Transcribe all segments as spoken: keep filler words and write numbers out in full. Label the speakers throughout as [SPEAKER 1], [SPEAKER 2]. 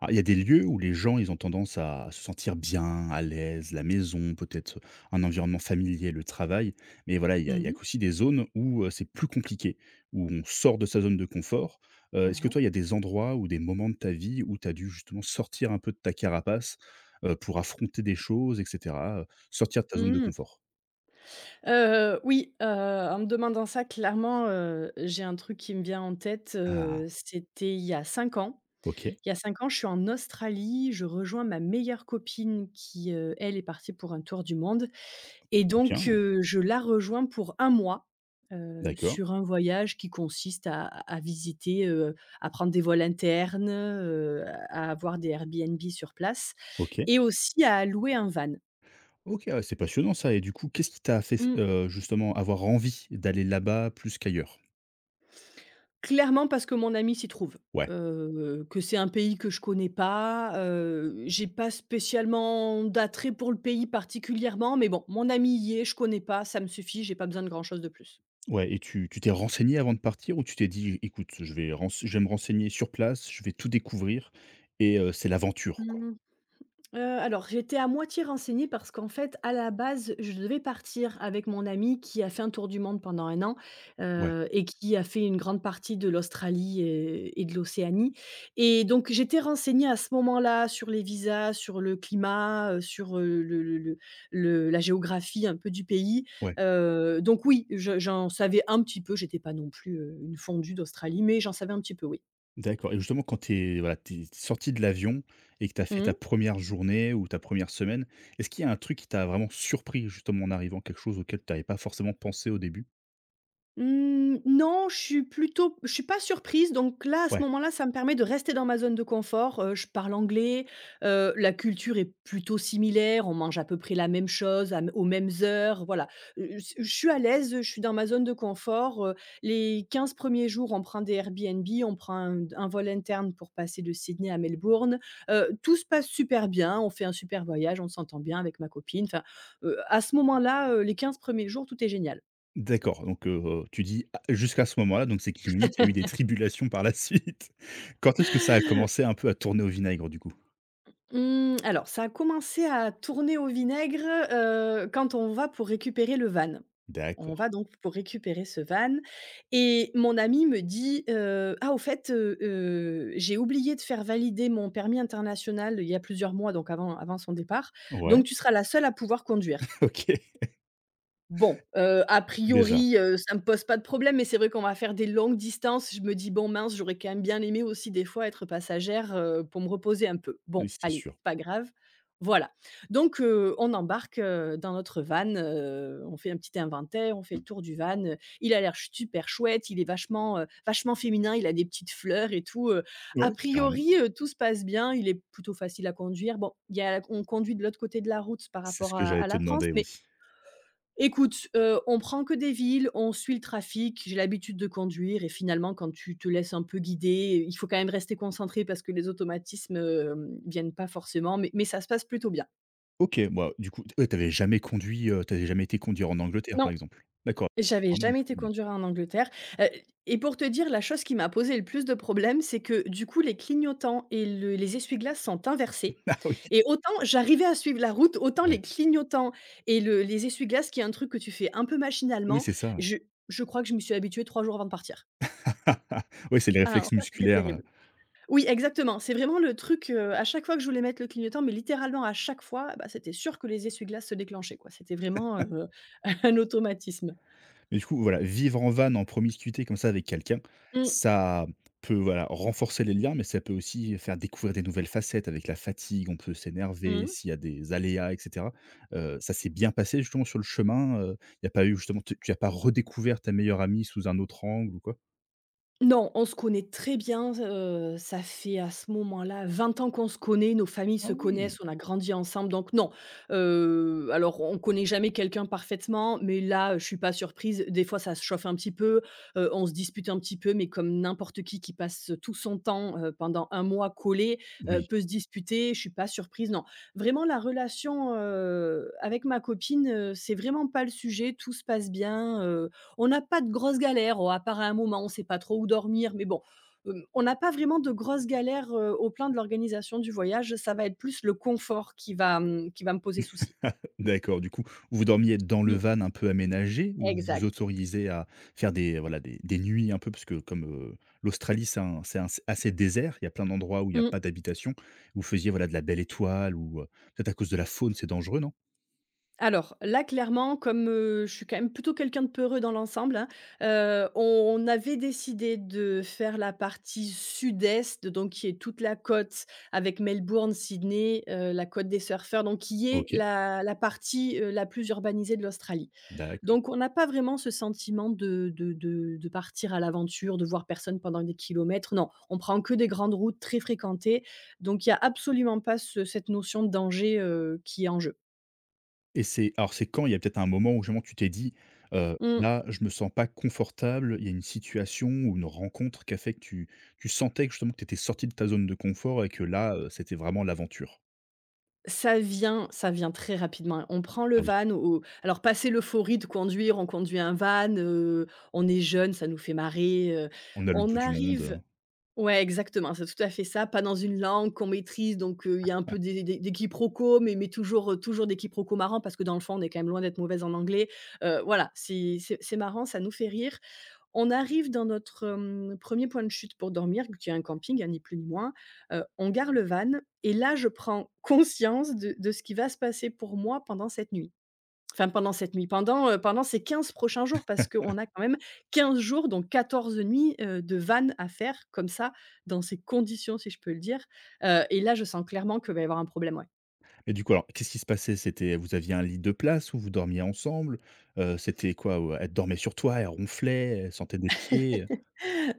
[SPEAKER 1] Alors, il y a des lieux où les gens, ils ont tendance à se sentir bien, à l'aise, la maison, peut-être un environnement familier, le travail. Mais voilà, il y a,
[SPEAKER 2] Mmh
[SPEAKER 1] il y a
[SPEAKER 2] mh.
[SPEAKER 1] aussi des zones où euh, c'est plus compliqué, où on sort de sa zone de confort. Euh, Est-ce que
[SPEAKER 2] Ouais.
[SPEAKER 1] toi, il y a des endroits ou des moments de ta vie où tu as dû justement sortir un peu de ta carapace euh, pour affronter des choses, et cetera euh, Sortir de ta zone de
[SPEAKER 2] Mmh.
[SPEAKER 1] confort.
[SPEAKER 2] Heu, oui, heu, en me demandant ça clairement, heu, j'ai un truc qui me vient en tête,
[SPEAKER 1] Ah,
[SPEAKER 2] heu, c'était il y a cinq ans.
[SPEAKER 1] ok,
[SPEAKER 2] Il y a cinq ans, je suis en Australie, je rejoins ma meilleure copine qui, heu, elle est partie pour un tour du monde et donc
[SPEAKER 1] bien,
[SPEAKER 2] heu, je la rejoins pour un mois, heu,
[SPEAKER 1] d'accord,
[SPEAKER 2] sur un voyage qui consiste à à visiter, heu, à prendre des vols internes, heu, à avoir des Airbnb sur place
[SPEAKER 1] ok.
[SPEAKER 2] et aussi à louer un van.
[SPEAKER 1] Ok, ah, c'est passionnant ça. Et du coup, qu'est-ce qui t'a fait
[SPEAKER 2] Mmh.
[SPEAKER 1] euh, justement avoir envie d'aller là-bas plus qu'ailleurs?
[SPEAKER 2] Clairement parce que mon ami s'y trouve,
[SPEAKER 1] Ouais.
[SPEAKER 2] heu, que c'est un pays que je connais pas, heu, j'ai pas spécialement d'attrait pour le pays particulièrement, mais bon, mon ami y est, je connais pas, ça me suffit, j'ai pas besoin de grand chose de plus.
[SPEAKER 1] Ouais, et tu tu t'es renseigné avant de partir ou tu t'es dit: «Écoute, je vais rense je vais me renseigner sur place, je vais tout découvrir et heu, c'est l'aventure, quoi»?
[SPEAKER 2] Heu, alors j'étais à moitié renseignée parce qu'en fait, à la base, je devais partir avec mon amie qui a fait un tour du monde pendant un an,
[SPEAKER 1] Ouais,
[SPEAKER 2] heu et qui a fait une grande partie de l'Australie et et de l'Océanie et donc j'étais renseignée à ce moment-là sur les visas, sur le climat, heu, sur, heu, le le le le la géographie un peu du pays,
[SPEAKER 1] ouais,
[SPEAKER 2] heu, donc oui, je j'en savais un petit peu, j'étais pas non plus, heu, une fondue d'Australie, mais j'en savais un petit peu, oui.
[SPEAKER 1] d'accord, et justement quand tu es, voilà, t'es sorti de l'avion et que tu as fait
[SPEAKER 2] Mmh.
[SPEAKER 1] ta première journée ou ta première semaine, est-ce qu'il y a un truc qui t'a vraiment surpris justement en arrivant? Quelque chose auquel tu n'avais pas forcément pensé au début?
[SPEAKER 2] Mmh, non, je suis plutôt je suis pas surprise, donc là, à ce
[SPEAKER 1] Ouais,
[SPEAKER 2] moment-là, ça me permet de rester dans ma zone de confort. Heu, je parle anglais, heu, la culture est plutôt similaire, on mange à peu près la même chose, à m aux mêmes heures, voilà. Heu, s Je suis à l'aise, je suis dans ma zone de confort, heu, les quinze premiers jours, on prend des Airbnb, on prend un un vol interne pour passer de Sydney à Melbourne. Heu, tout se passe super bien, on fait un super voyage, on s'entend bien avec ma copine, enfin, heu, à ce moment-là, heu, les quinze premiers jours, tout est génial.
[SPEAKER 1] d'accord. donc heu tu dis: «Ah» jusqu'à ce moment-là donc c'est qu'il y a eu des tribulations par la suite. Quand est-ce que ça a commencé un peu à tourner au vinaigre du coup?
[SPEAKER 2] Mmh, alors ça a commencé à tourner au vinaigre, heu, quand on va pour récupérer le van.
[SPEAKER 1] D'accord.
[SPEAKER 2] On va donc pour récupérer ce van et mon ami me dit, heu: «Ah au fait, heu heu, j'ai oublié de faire valider mon permis international il y a plusieurs mois», donc avant avant son départ, «donc
[SPEAKER 1] Ouais,
[SPEAKER 2] tu seras la seule à pouvoir conduire».
[SPEAKER 1] OK.
[SPEAKER 2] Bon, heu, a
[SPEAKER 1] Déjà,
[SPEAKER 2] priori, heu, ça me pose pas de problème, mais c'est vrai qu'on va faire des longues distances. Je me dis: «Bon mince, j'aurais quand même bien aimé aussi des fois être passagère, heu, pour me reposer un peu».
[SPEAKER 1] oui,
[SPEAKER 2] Bon,
[SPEAKER 1] c'est
[SPEAKER 2] allez,
[SPEAKER 1] sûr.
[SPEAKER 2] c'est pas grave. Voilà. Donc, heu, on embarque, heu, dans notre van, heu, on fait un petit inventaire, on fait le tour du van, heu, il a l'air ch- super chouette, il est vachement, heu, vachement féminin, il a des petites fleurs et tout, heu. A
[SPEAKER 1] Ouais, carrément.
[SPEAKER 2] priori, heu, tout se passe bien, il est plutôt facile à conduire. Bon, il y a on conduit de l'autre côté de la route par
[SPEAKER 1] C'est ce
[SPEAKER 2] rapport
[SPEAKER 1] que
[SPEAKER 2] à
[SPEAKER 1] j'allais
[SPEAKER 2] à
[SPEAKER 1] te
[SPEAKER 2] la France,
[SPEAKER 1] demander,
[SPEAKER 2] mais.
[SPEAKER 1] oui.
[SPEAKER 2] Écoute, heu, on prend que des villes, on suit le trafic. J'ai l'habitude de conduire et finalement, quand tu te laisses un peu guider, il faut quand même rester concentré parce que les automatismes, hem, viennent pas forcément, mais mais ça se passe plutôt bien.
[SPEAKER 1] OK, bah, du coup, ouais, tu jamais conduit, heu, tu jamais été conduire en Angleterre, par
[SPEAKER 2] Non,
[SPEAKER 1] exemple? D'accord,
[SPEAKER 2] j'avais
[SPEAKER 1] vraiment une
[SPEAKER 2] jamais été
[SPEAKER 1] première.
[SPEAKER 2] conduire en Angleterre, heu et pour te dire, la chose qui m'a posé le plus de problèmes, c'est que, du coup, les clignotants et le les essuie-glaces sont inversés
[SPEAKER 1] Ah oui,
[SPEAKER 2] et autant j'arrivais à suivre la route, autant les
[SPEAKER 1] ouais.
[SPEAKER 2] clignotants et le les essuie-glaces, qui est un truc que tu fais un peu
[SPEAKER 1] Oui,
[SPEAKER 2] machinalement,
[SPEAKER 1] c'est ça.
[SPEAKER 2] je je crois que je me suis habituée trois jours avant de partir.
[SPEAKER 1] Oui, c'est les
[SPEAKER 2] Ah non,
[SPEAKER 1] réflexes
[SPEAKER 2] ça c'était
[SPEAKER 1] musculaires.
[SPEAKER 2] terrible. Oui, exactement, c'est vraiment le truc, heu, à chaque fois que je voulais mettre le clignotant, mais littéralement à chaque fois, bah, c'était sûr que les essuie-glaces se déclenchaient, quoi. C'était vraiment, heu, un automatisme.
[SPEAKER 1] Mais du coup, voilà, vivre en van, en promiscuité comme ça avec quelqu'un,
[SPEAKER 2] Mmh
[SPEAKER 1] ça peut, voilà, renforcer les liens, mais ça peut aussi faire découvrir des nouvelles facettes. Avec la fatigue, on peut s'énerver
[SPEAKER 2] mh.
[SPEAKER 1] s'il y a des aléas, et cetera. Heu, ça s'est bien passé justement sur le chemin, heu, il n'y a pas eu justement, tu n'as pas redécouvert ta meilleure amie sous un autre angle ou quoi?
[SPEAKER 2] Non, on se connaît très bien, heu, ça fait à ce moment-là vingt ans qu'on se connaît, nos familles
[SPEAKER 1] Ah
[SPEAKER 2] se connaissent,
[SPEAKER 1] oui!
[SPEAKER 2] on a grandi ensemble donc non. Heu, alors on connaît jamais quelqu'un parfaitement, mais là, je suis pas surprise. Des fois ça se chauffe un petit peu, heu, on se dispute un petit peu, mais comme n'importe qui qui passe, tout son temps, heu, pendant un mois collé, heu,
[SPEAKER 1] Oui.
[SPEAKER 2] peut se disputer, je suis pas surprise, non. Vraiment la relation, heu, avec ma copine, heu, c'est vraiment pas le sujet, tout se passe bien, heu on n'a pas de grosses galères, oh, à part à un moment, on sait pas trop où dormir, mais bon, hem, on n'a pas vraiment de grosses galères, heu, au plan de l'organisation du voyage. Ça va être plus le confort qui va, mmh, qui va me poser souci.
[SPEAKER 1] D'accord, du coup, vous dormiez dans le
[SPEAKER 2] Mmh,
[SPEAKER 1] van un peu aménagé ou vous vous
[SPEAKER 2] exact.
[SPEAKER 1] autorisez à faire des euh, voilà des des nuits un peu, parce que comme, heu, l'Australie, c'est un c'est un c'est assez désert, il y a plein d'endroits où il y a
[SPEAKER 2] Mmh.
[SPEAKER 1] pas d'habitation. Vous faisiez voilà de la belle étoile ou, heu, peut-être à cause de la faune, c'est dangereux, non?
[SPEAKER 2] Alors là, clairement, comme, heu, je suis quand même plutôt quelqu'un de peureux dans l'ensemble, hein, heu, on on avait décidé de faire la partie sud-est, donc qui est toute la côte avec Melbourne, Sydney, heu, la côte des surfeurs, donc qui est
[SPEAKER 1] OK,
[SPEAKER 2] la la partie, heu, la plus urbanisée de l'Australie.
[SPEAKER 1] d'accord.
[SPEAKER 2] Donc on n'a pas vraiment ce sentiment de de de de partir à l'aventure, de voir personne pendant des kilomètres, non. On prend que des grandes routes très fréquentées, donc il y a absolument pas ce cette notion de danger, heu, qui est en jeu.
[SPEAKER 1] Et c'est alors, c'est quand il y a peut-être un moment où justement tu t'es dit, heu:
[SPEAKER 2] Mmh,
[SPEAKER 1] «Là, je me sens pas confortable», il y a une situation ou une rencontre qui a fait que tu tu sentais que justement que tu étais sorti de ta zone de confort et que là, heu, c'était vraiment l'aventure?
[SPEAKER 2] Ça vient ça vient très rapidement, hein. On prend le
[SPEAKER 1] Ah oui,
[SPEAKER 2] van au alors passer l'euphorie de conduire, on conduit un van, heu, on est jeune, ça nous fait marrer, heu,
[SPEAKER 1] on a le
[SPEAKER 2] on
[SPEAKER 1] bout du monde,
[SPEAKER 2] arrive.
[SPEAKER 1] hein.
[SPEAKER 2] Ouais, exactement, c'est tout à fait ça, pas dans une langue qu'on maîtrise, donc heu, il y a un peu des des des quiproquos, mais mais toujours, heu, toujours des quiproquos marrants parce que dans le fond, on est quand même loin d'être mauvaise en anglais. Heu, voilà, c'est c'est c'est marrant, ça nous fait rire. On arrive dans notre, hem, premier point de chute pour dormir, qui est un camping, hein, ni plus ni moins. Heu, on gare le van et là, je prends conscience de de ce qui va se passer pour moi pendant cette nuit. Enfin, pendant cette nuit, pendant, heu, pendant ces quinze prochains jours parce qu'on a quand même quinze jours, donc quatorze nuits, heu, de vannes à faire comme ça, dans ces conditions, si je peux le dire, heu et là, je sens clairement que va y avoir un problème, ouais.
[SPEAKER 1] Et du coup, alors, qu'est-ce qui se passait? C'était, vous aviez un lit de place où vous dormiez ensemble? Heu, c'était quoi? Heu, elle dormait sur toi, elle ronflait, elle sentait des pieds?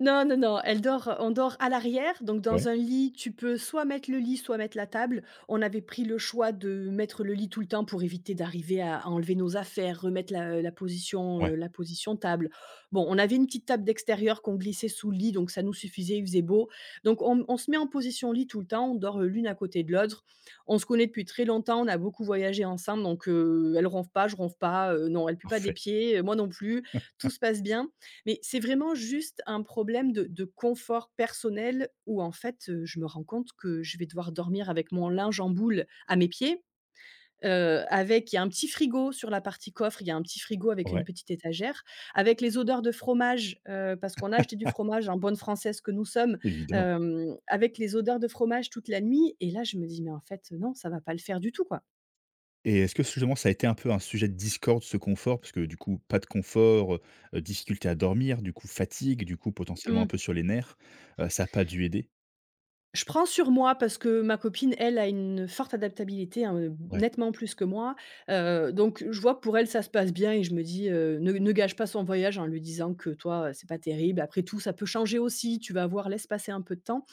[SPEAKER 2] Non, non, non, elle dort on dort à l'arrière, donc dans
[SPEAKER 1] Ouais,
[SPEAKER 2] un lit, tu peux soit mettre le lit, soit mettre la table. On avait pris le choix de mettre le lit tout le temps pour éviter d'arriver à à enlever nos affaires, remettre la la position,
[SPEAKER 1] ouais,
[SPEAKER 2] heu, la position table. Bon, on avait une petite table d'extérieur qu'on glissait sous le lit, donc ça nous suffisait, il faisait beau. Donc on on se met en position lit tout le temps, on dort, l'une à côté de l'autre. On se connaît depuis très longtemps, on a beaucoup voyagé ensemble, donc heu, elle ronfle pas, je ronfle pas, heu, non, elle pue pas des
[SPEAKER 1] parfait.
[SPEAKER 2] pieds, heu, moi non plus. Tout se passe bien. Mais c'est vraiment juste un problème de de confort personnel où en fait, heu, je me rends compte que je vais devoir dormir avec mon linge en boule à mes pieds, heu, avec il y a un petit frigo sur la partie coffre, il y a un petit frigo avec une
[SPEAKER 1] Ouais,
[SPEAKER 2] petite étagère, avec les odeurs de fromage, heu, parce qu'on a acheté du fromage en bonne française que nous sommes,
[SPEAKER 1] évidemment.
[SPEAKER 2] hem, avec les odeurs de fromage toute la nuit et là je me dis: «Mais en fait, non, ça va pas le faire du tout, quoi».
[SPEAKER 1] Et est-ce que justement ça a été un peu un sujet de discorde, ce confort? Parce que du coup, pas de confort, heu difficulté à dormir, du coup fatigue, du coup potentiellement un
[SPEAKER 2] Mmh.
[SPEAKER 1] peu sur les nerfs, heu, ça a pas dû aider?
[SPEAKER 2] Je prends sur moi parce que ma copine, elle, a une forte adaptabilité, hein, heu,
[SPEAKER 1] Ouais,
[SPEAKER 2] nettement plus que moi, heu, donc je vois que pour elle ça se passe bien et je me dis, heu: «Ne ne gâche pas son voyage en lui disant que toi, heu, c'est pas terrible. Après tout, ça peut changer aussi, tu vas voir, laisse passer un peu de temps».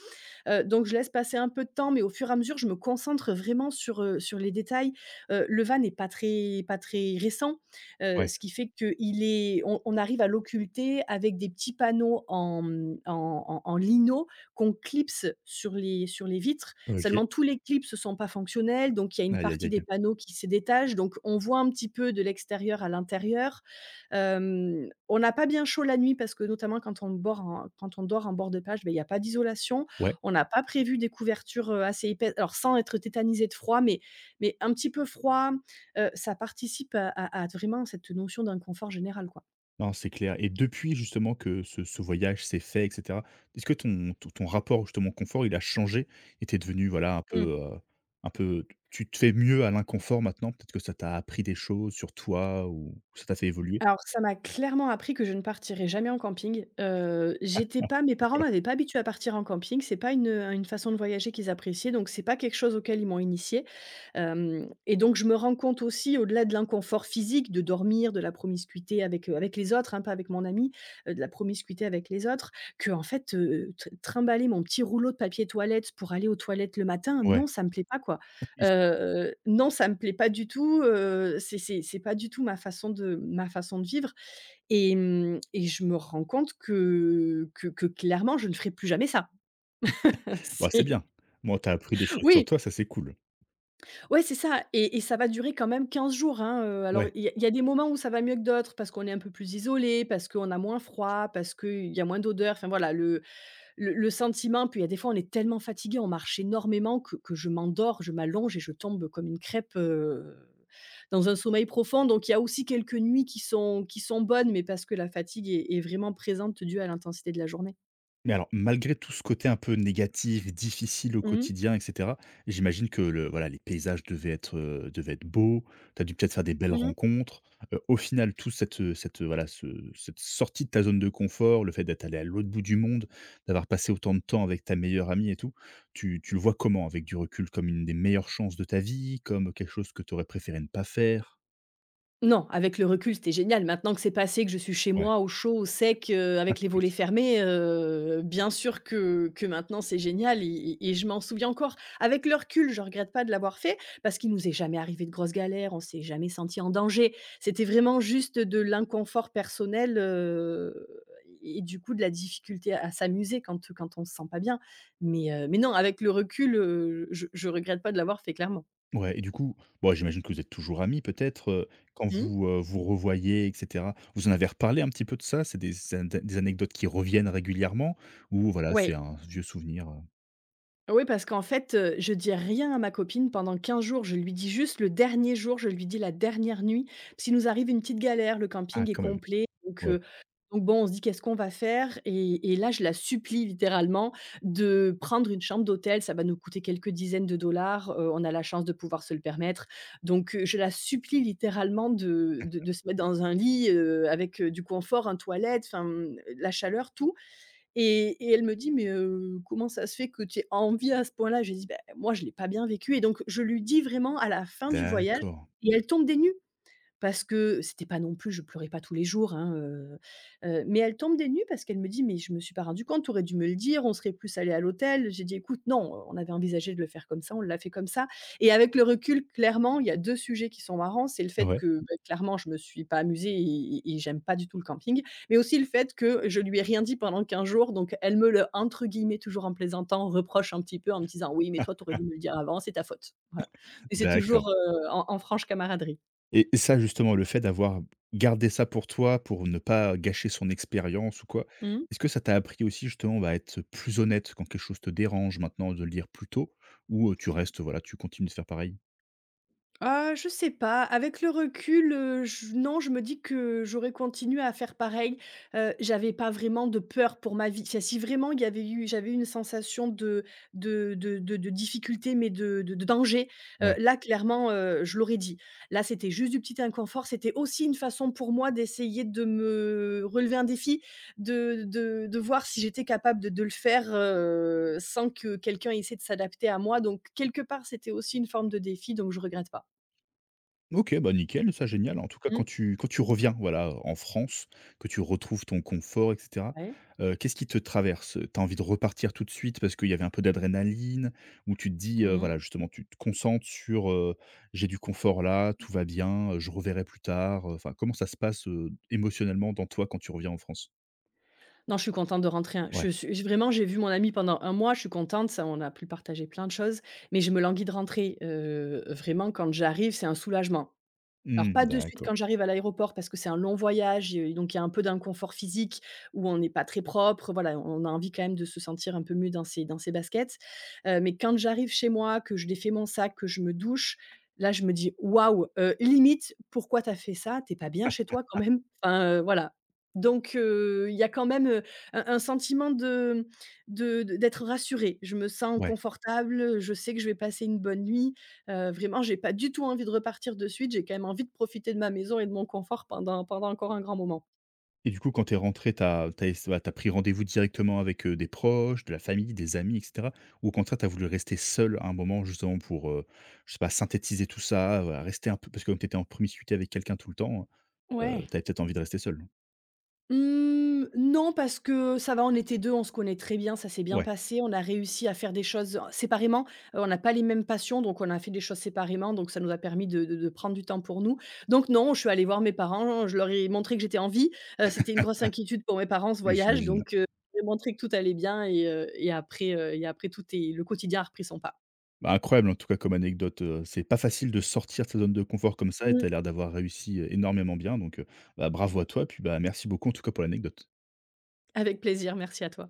[SPEAKER 2] Heu, donc je laisse passer un peu de temps, mais au fur et à mesure, je me concentre vraiment sur, heu, sur les détails. Heu, le van est pas très pas très récent, heu,
[SPEAKER 1] ouais,
[SPEAKER 2] ce qui fait que il est on on arrive à l'occulter avec des petits panneaux en, mmh, en en en lino qu'on clipse sur les sur les vitres.
[SPEAKER 1] OK.
[SPEAKER 2] Seulement tous les clips ne sont pas fonctionnels, donc il y a une
[SPEAKER 1] Aïe, aïe,
[SPEAKER 2] partie des
[SPEAKER 1] aïe.
[SPEAKER 2] panneaux qui se détache, donc on voit un petit peu de l'extérieur à l'intérieur. Hem, on n'a pas bien chaud la nuit parce que notamment quand on bord en quand on dort en bord de plage, beh, il y a pas d'isolation.
[SPEAKER 1] Ouais.
[SPEAKER 2] On n'a pas prévu des couvertures, heu, assez épais alors sans être tétanisé de froid, mais mais un petit peu froid, heu, ça participe à à à vraiment cette notion d'inconfort général, quoi.
[SPEAKER 1] Non, c'est clair. Et depuis justement que ce ce voyage s'est fait et cetera, est-ce que ton ton ton rapport justement au confort, il a changé et tu devenu voilà un peu, heu, un peu tu te fais mieux à l'inconfort maintenant? Peut-être que ça t'a appris des choses sur toi ou ça t'a fait évoluer?
[SPEAKER 2] Alors ça m'a clairement appris que je ne partirai jamais en camping. Heu, j'étais pas Mes parents m'avaient pas habituée à partir en camping. C'est pas une, euh, une façon de voyager qu'ils appréciaient, donc c'est pas quelque chose auquel ils m'ont initiée. Hem Et donc je me rends compte aussi au-delà de l'inconfort physique, de dormir, de la promiscuité avec, heu, avec les autres, hein, pas avec mon ami, heu, de la promiscuité avec les autres, que en fait, heu, tr trimballer mon petit rouleau de papier toilette pour aller aux toilettes le matin,
[SPEAKER 1] Ouais,
[SPEAKER 2] non, ça me plaît pas, quoi.
[SPEAKER 1] oui,
[SPEAKER 2] Heu, non, ça me plaît pas du tout, heu, c'est c'est c'est pas du tout ma façon de ma façon de vivre et mmh et je me rends compte que que que clairement je ne ferai plus jamais ça.
[SPEAKER 1] bah, c'est
[SPEAKER 2] C'est
[SPEAKER 1] bien. Moi, t'as appris des choses sur
[SPEAKER 2] oui,
[SPEAKER 1] toi, ça c'est cool.
[SPEAKER 2] ouais, c'est ça et et ça va durer quand même quinze jours, hein, heu, alors
[SPEAKER 1] Ouais.
[SPEAKER 2] il y a il y a des moments où ça va mieux que d'autres parce qu'on est un peu plus isolé, parce qu'on a moins froid, parce qu'il y a moins d'odeur, enfin voilà le, le sentiment, puis il y a des fois, on est tellement fatigué, on marche énormément que, que je m'endors, je m'allonge et je tombe comme une crêpe euh, dans un sommeil profond. Donc, il y a aussi quelques nuits qui sont, qui sont bonnes, mais parce que la fatigue est, est vraiment présente due à l'intensité de la journée.
[SPEAKER 1] Mais alors, malgré tout ce côté un peu négatif, difficile au
[SPEAKER 2] Mmh.
[SPEAKER 1] quotidien et cetera, j'imagine que le voilà, les paysages devaient être, heu, devaient être beaux. Tu as dû peut-être faire des belles rencontres. Heu, au final, tout cette, euh, cette, euh, voilà, ce cette sortie de ta zone de confort, le fait d'être allé à l'autre bout du monde, d'avoir passé autant de temps avec ta meilleure amie et tout, tu tu le vois comment? Avec du recul, comme une des meilleures chances de ta vie, comme quelque chose que tu aurais préféré ne pas faire?
[SPEAKER 2] Non, avec le recul, c'était génial. Maintenant que c'est passé, que je suis chez
[SPEAKER 1] Ouais.
[SPEAKER 2] moi, au chaud, au sec, heu, avec les volets fermés, heu, bien sûr que que maintenant c'est génial et et je m'en souviens encore. Avec le recul, je regrette pas de l'avoir fait parce qu'il nous est jamais arrivé de grosses galères, on s'est jamais senti en danger. C'était vraiment juste de l'inconfort personnel, heu et du coup de la difficulté à s'amuser quand, quand on se sent pas bien. Mais, heu, mais non, avec le recul, heu, je je regrette pas de l'avoir fait, clairement.
[SPEAKER 1] Ouais, et du coup, bon, j'imagine que vous êtes toujours amis peut-être, heu, quand
[SPEAKER 2] Mmh.
[SPEAKER 1] vous, heu, vous revoyez et cetera, vous en avez reparlé un petit peu de ça? C'est des an des anecdotes qui reviennent régulièrement ou voilà, c'est
[SPEAKER 2] Ouais.
[SPEAKER 1] un vieux souvenir, heu?
[SPEAKER 2] Oui, parce qu'en fait, heu, je dis rien à ma copine pendant quinze jours. Je lui dis juste le dernier jour, je lui dis la dernière nuit. S'il nous arrive une petite galère, le
[SPEAKER 1] Ah
[SPEAKER 2] camping est
[SPEAKER 1] quand même,
[SPEAKER 2] complet, donc heu,
[SPEAKER 1] ouais,
[SPEAKER 2] donc bon, on se dit: «Qu'est-ce qu'on va faire ?» et et là, je la supplie littéralement de prendre une chambre d'hôtel. Ça va nous coûter quelques dizaines de dollars, heu, on a la chance de pouvoir se le permettre. Donc heu, je la supplie littéralement de de de se mettre dans un lit, heu, avec, heu, du confort, un toilette, enfin, mmh, la chaleur, tout et et elle me dit: «Mais, heu, comment ça se fait que tu aies envie à ce point-là ?» Je lui dis: «Beh, moi, je l'ai pas bien vécu» et donc je lui dis vraiment à la fin du voyage
[SPEAKER 1] d'accord.
[SPEAKER 2] et elle tombe des nues. Parce que c'était pas non plus je pleurais pas tous les jours, hein, heu heu, mais elle tombe des nues parce qu'elle me dit: «Mais je me suis pas rendu compte, tu aurais dû me le dire, on serait plus allé à l'hôtel». J'ai dit: «Écoute, non, on avait envisagé de le faire comme ça, on l'a fait comme ça» et avec le recul, clairement, il y a deux sujets qui sont marrants, c'est le fait
[SPEAKER 1] Ouais,
[SPEAKER 2] que, beh, clairement, je me suis pas amusée et et j'aime pas du tout le camping, mais aussi le fait que je lui ai rien dit pendant quinze jours, donc elle me le, entre guillemets, toujours en plaisantant, reproche un petit peu en me disant: «Oui, mais toi, tu aurais dû me le dire avant, c'est ta faute». Voilà, mais c'est
[SPEAKER 1] d'accord.
[SPEAKER 2] toujours, heu, en en franche camaraderie.
[SPEAKER 1] et et ça justement, le fait d'avoir gardé ça pour toi, pour ne pas gâcher son expérience ou quoi,
[SPEAKER 2] Mmh.
[SPEAKER 1] est-ce que ça t'a appris aussi justement, bah, à être plus honnête quand quelque chose te dérange maintenant, de le dire plus tôt ou, heu, tu restes voilà, tu continues de faire pareil?
[SPEAKER 2] Ah, je sais pas. Avec le recul, heu, j non, je me dis que j'aurais continué à faire pareil. Heu, j'avais pas vraiment de peur pour ma vie. Enfin, si vraiment il y avait eu j'avais eu une sensation de de de de de difficulté, mais de de de danger, heu,
[SPEAKER 1] Ouais.
[SPEAKER 2] là, clairement, heu, je l'aurais dit. Là, c'était juste du petit inconfort. C'était aussi une façon pour moi d'essayer de me relever un défi, de de de voir si j'étais capable de de le faire, heu, sans que quelqu'un essaie de s'adapter à moi. Donc quelque part, c'était aussi une forme de défi, donc je regrette pas.
[SPEAKER 1] OK, bah, nickel, ça génial. En tout cas, quand
[SPEAKER 2] Mmh.
[SPEAKER 1] tu quand tu reviens, voilà, en France, que tu retrouves ton confort et cetera,
[SPEAKER 2] Ouais.
[SPEAKER 1] heu, qu'est-ce qui te traverse? T'as envie de repartir tout de suite parce qu'il y avait un peu d'adrénaline? Ou tu te dis, heu,
[SPEAKER 2] Mmh.
[SPEAKER 1] voilà, justement, tu te concentres sur, heu: «J'ai du confort là, tout va bien, heu, je reverrai plus tard», enfin, comment ça se passe, heu, émotionnellement dans toi quand tu reviens en France?
[SPEAKER 2] Non, je suis contente de rentrer, hein. Je
[SPEAKER 1] Ouais.
[SPEAKER 2] suis je- vraiment, j'ai vu mon ami pendant un mois, je suis contente, ça on a pu partager plein de choses, mais je me languis de rentrer. Heu, vraiment, quand j'arrive, c'est un soulagement. Alors
[SPEAKER 1] Mmh,
[SPEAKER 2] pas de suite
[SPEAKER 1] d'accord.
[SPEAKER 2] quand j'arrive à l'aéroport parce que c'est un long voyage, et donc il y a un peu d'inconfort physique où on n'est pas très propre, voilà, on a envie quand même de se sentir un peu mieux dans ses dans ses baskets. Heu, mais quand j'arrive chez moi, que je défais mon sac, que je me douche, là je me dis: «Waouh, heu, limite, pourquoi t'as fait ça? T'es pas bien chez toi quand même ?» Enfin, heu, voilà. Donc heu, il y a quand même, heu, un un sentiment de de de- d'être rassurée. Je me sens
[SPEAKER 1] Ouais.
[SPEAKER 2] confortable, je sais que je vais passer une bonne nuit. Heu, vraiment, j'ai pas du tout envie de repartir de suite. J'ai quand même envie de profiter de ma maison et de mon confort pendant pendant encore un grand moment.
[SPEAKER 1] Et du coup, quand tu es rentré, tu as bah, pris rendez-vous directement avec, heu, des proches, de la famille, des amis et cetera? Ou au contraire, tu as voulu rester seul à un moment justement pour, heu, je sais pas, synthétiser tout ça, voilà, rester un peu parce que comme tu étais en promiscuité avec quelqu'un tout le temps, heu,
[SPEAKER 2] Ouais.
[SPEAKER 1] tu avais peut-être envie de rester seul?
[SPEAKER 2] Mmh, non, parce que ça va, on était deux, on se connaît très bien, ça s'est bien
[SPEAKER 1] Ouais,
[SPEAKER 2] passé. On a réussi à faire des choses, séparément. Heu, on n'a pas les mêmes passions, donc on a fait des choses séparément, donc ça nous a permis de de de prendre du temps pour nous. Donc non, je suis allée voir mes parents, je leur ai montré que j'étais en vie. Heu, c'était une grosse inquiétude pour mes parents, ce
[SPEAKER 1] oui,
[SPEAKER 2] voyage,
[SPEAKER 1] j'imagine.
[SPEAKER 2] donc heu, j'ai montré que tout allait bien et heu et après, heu et après tout est le quotidien a repris son pas.
[SPEAKER 1] Bah, incroyable en tout cas comme anecdote, heu, c'est pas facile de sortir de sa zone de confort comme ça et tu
[SPEAKER 2] Mmh.
[SPEAKER 1] as l'air d'avoir réussi, heu, énormément bien, donc, heu, bah, bravo à toi, puis, bah, merci beaucoup en tout cas pour l'anecdote.
[SPEAKER 2] Avec plaisir, merci à toi.